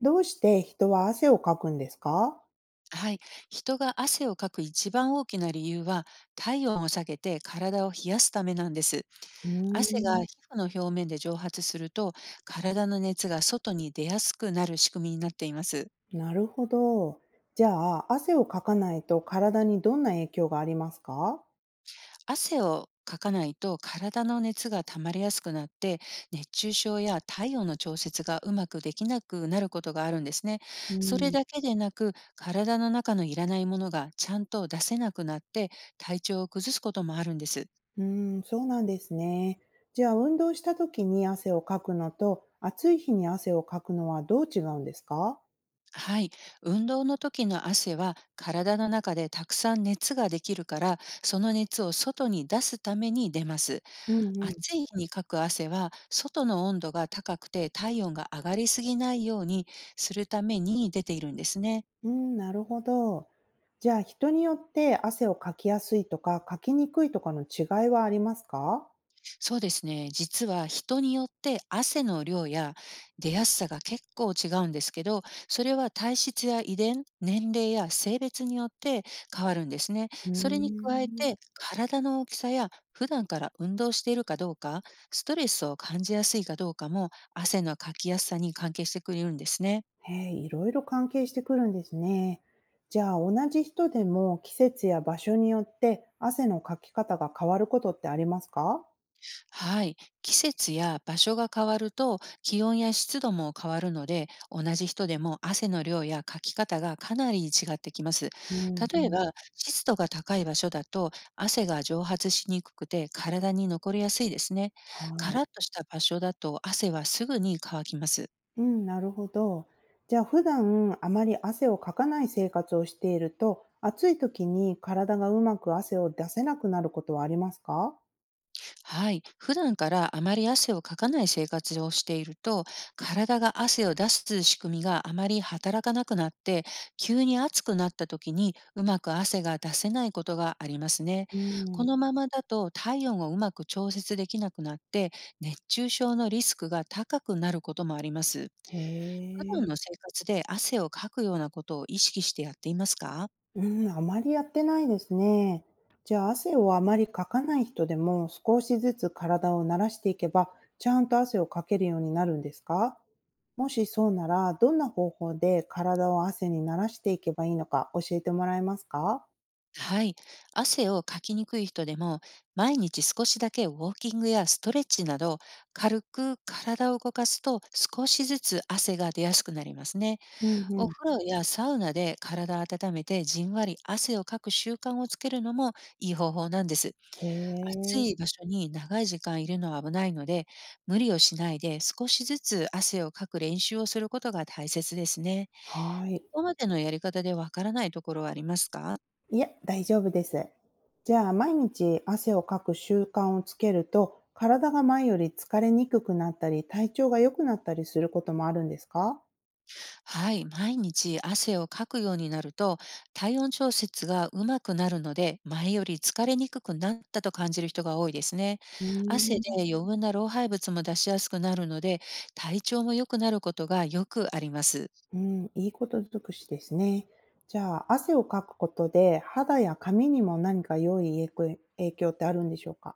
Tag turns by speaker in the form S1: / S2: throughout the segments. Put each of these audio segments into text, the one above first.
S1: どうして人は汗をかくんですか？
S2: はい。人が汗をかく一番大きな理由は、体温を下げて体を冷やすためなんです。
S1: うー
S2: 汗が
S1: ん、
S2: 皮膚の表面で蒸発すると、体の熱が外に出やすくなる仕組みになっています。
S1: なるほど。じゃあ、汗をかかないと体にどんな影響がありますか？
S2: 汗をかかないと体の熱が溜まりやすくなって、熱中症や体温の調節がうまくできなくなることがあるんですね。
S1: う
S2: それ
S1: ん、
S2: だけでなく、体の中のいらないものがちゃんと出せなくなって、体調を崩すこともあるんです。
S1: うーん、そうなんですね。じゃあ、運動した時に汗をかくのと、暑い日に汗をかくのはどう違うんですか？
S2: はい。運動の時の汗は、体の中でたくさん熱ができるから、その熱を外に出すために出ます。
S1: うんうん。
S2: 暑い日にかく汗は、外の温度が高くて体温が上がりすぎないようにするために出ているんですね。
S1: うん、なるほど。じゃあ、人によって汗をかきやすいとか、かきにくいとかの違いはありますか？
S2: そうですね。実は人によって汗の量や出やすさが結構違うんですけど、それは体質や遺伝、年齢や性別によって変わるんですね。
S1: うー
S2: それに加え
S1: ん。
S2: て、体の大きさや普段から運動しているかどうか、ストレスを感じやすいかどうかも汗のかきやすさに関係してくれるんですね。
S1: へえ、いろいろ関係してくるんですね。じゃあ、同じ人でも季節や場所によって汗のかき方が変わることってありますか？
S2: はい。季節や場所が変わると気温や湿度も変わるので、同じ人でも汗の量やかき方がかなり違ってきます。
S1: うんう
S2: 例え
S1: ん、
S2: ば、湿度が高い場所だと汗が蒸発しにくくて体に残りやすいですね。
S1: は
S2: カ
S1: い。
S2: ラッとした場所だと、汗はすぐに乾きます。
S1: うん、なるほど。じゃあ、普段あまり汗をかかない生活をしていると、暑い時に体がうまく汗を出せなくなることはありますか？
S2: はい。普段からあまり汗をかかない生活をしていると、体が汗を出す仕組みがあまり働かなくなって、急に暑くなった時にうまく汗が出せないことがありますね。
S1: うん、
S2: このままだと体温をうまく調節できなくなって、熱中症のリスクが高くなることもあります。
S1: へ
S2: 普
S1: え。
S2: 段の生活で汗をかくようなことを意識してやっていますか？
S1: うん、あまりやってないですね。じゃあ、汗をあまりかかない人でも、少しずつ体を慣らしていけば、ちゃんと汗をかけるようになるんですか？もしそうなら、どんな方法で体を汗に慣らしていけばいいのか教えてもらえますか？
S2: はい。汗をかきにくい人でも、毎日少しだけウォーキングやストレッチなど、軽く体を動かすと少しずつ汗が出やすくなりますね。
S1: うんう
S2: お
S1: ん。
S2: 風呂やサウナで体を温めてじんわり汗をかく習慣をつけるのもいい方法なんです。
S1: へ
S2: 暑
S1: え、
S2: い場所に長い時間いるのは危ないので、無理をしないで少しずつ汗をかく練習をすることが大切ですね。
S1: はい。
S2: ここまでのやり方でわからないところはありますか？
S1: いや、大丈夫です。じゃあ、毎日汗をかく習慣をつけると、体が前より疲れにくくなったり、体調が良くなったりすることもあるんですか？
S2: はい、毎日汗をかくようになると体温調節がうまくなるので、前より疲れにくくなったと感じる人が多いですね。
S1: う
S2: 汗
S1: ー
S2: で
S1: ん。
S2: 余分な老廃物も出しやすくなるので、体調も良くなることがよくあります。
S1: うん、いいこと尽くしですね。じゃあ、汗をかくことで、肌や髪にも何か良い影響ってあるんでしょうか？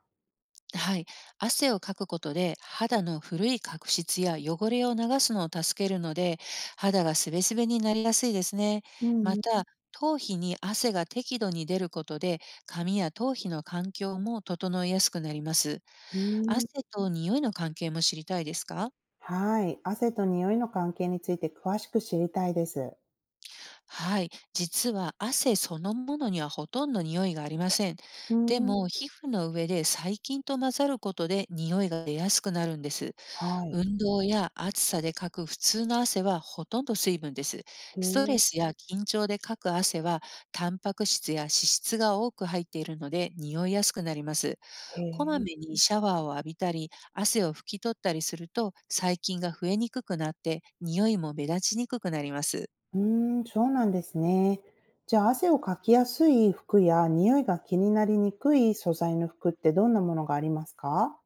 S2: はい。汗をかくことで肌の古い角質や汚れを流すのを助けるので、肌がすべすべになりやすいですね。
S1: う
S2: ま
S1: んうん。
S2: た、頭皮に汗が適度に出ることで、髪や頭皮の環境も整いやすくなります。汗と匂いの関係も知りたいですか？
S1: はい。汗と匂いの関係について詳しく知りたいです。
S2: はい。実は汗そのものにはほとんど匂いがありません。
S1: う
S2: でも、
S1: ん。
S2: 皮膚の上で細菌と混ざることで匂いが出やすくなるんです。
S1: はい。
S2: 運動や暑さでかく普通の汗は、ほとんど水分です。
S1: へ
S2: ストレ
S1: え。
S2: スや緊張でかく汗は、タンパク質や脂質が多く入っているので匂いやすくなります。
S1: へ
S2: こま
S1: え。
S2: めにシャワーを浴びたり汗を拭き取ったりすると、細菌が増えにくくなって匂いも目立ちにくくなります。
S1: うん、そうなんですね。じゃあ、汗をかきやすい服や匂いが気になりにくい素材の服ってどんなものがありますか？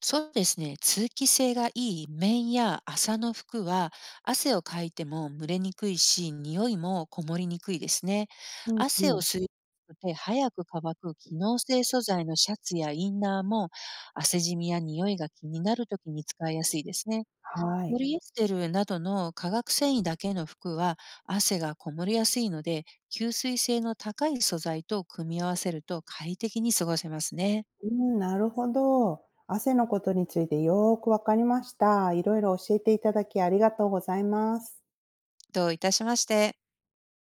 S2: そうですね。通気性がいい綿や麻の服は、汗をかいても蒸れにくいし、匂いもこもりにくいですね。
S1: うんう
S2: 汗を
S1: ん。
S2: 吸いにくくて早く乾く機能性素材のシャツやインナーも、汗じみや匂いが気になるときに使いやすいですね。
S1: は
S2: ポ
S1: い。
S2: リエステルなどの化学繊維だけの服は汗がこもりやすいので、吸水性の高い素材と組み合わせると快適に過ごせますね。
S1: うん、なるほど。汗のことについてよーくわかりました。いろいろ教えていただきありがとうございます。
S2: どういたしまして。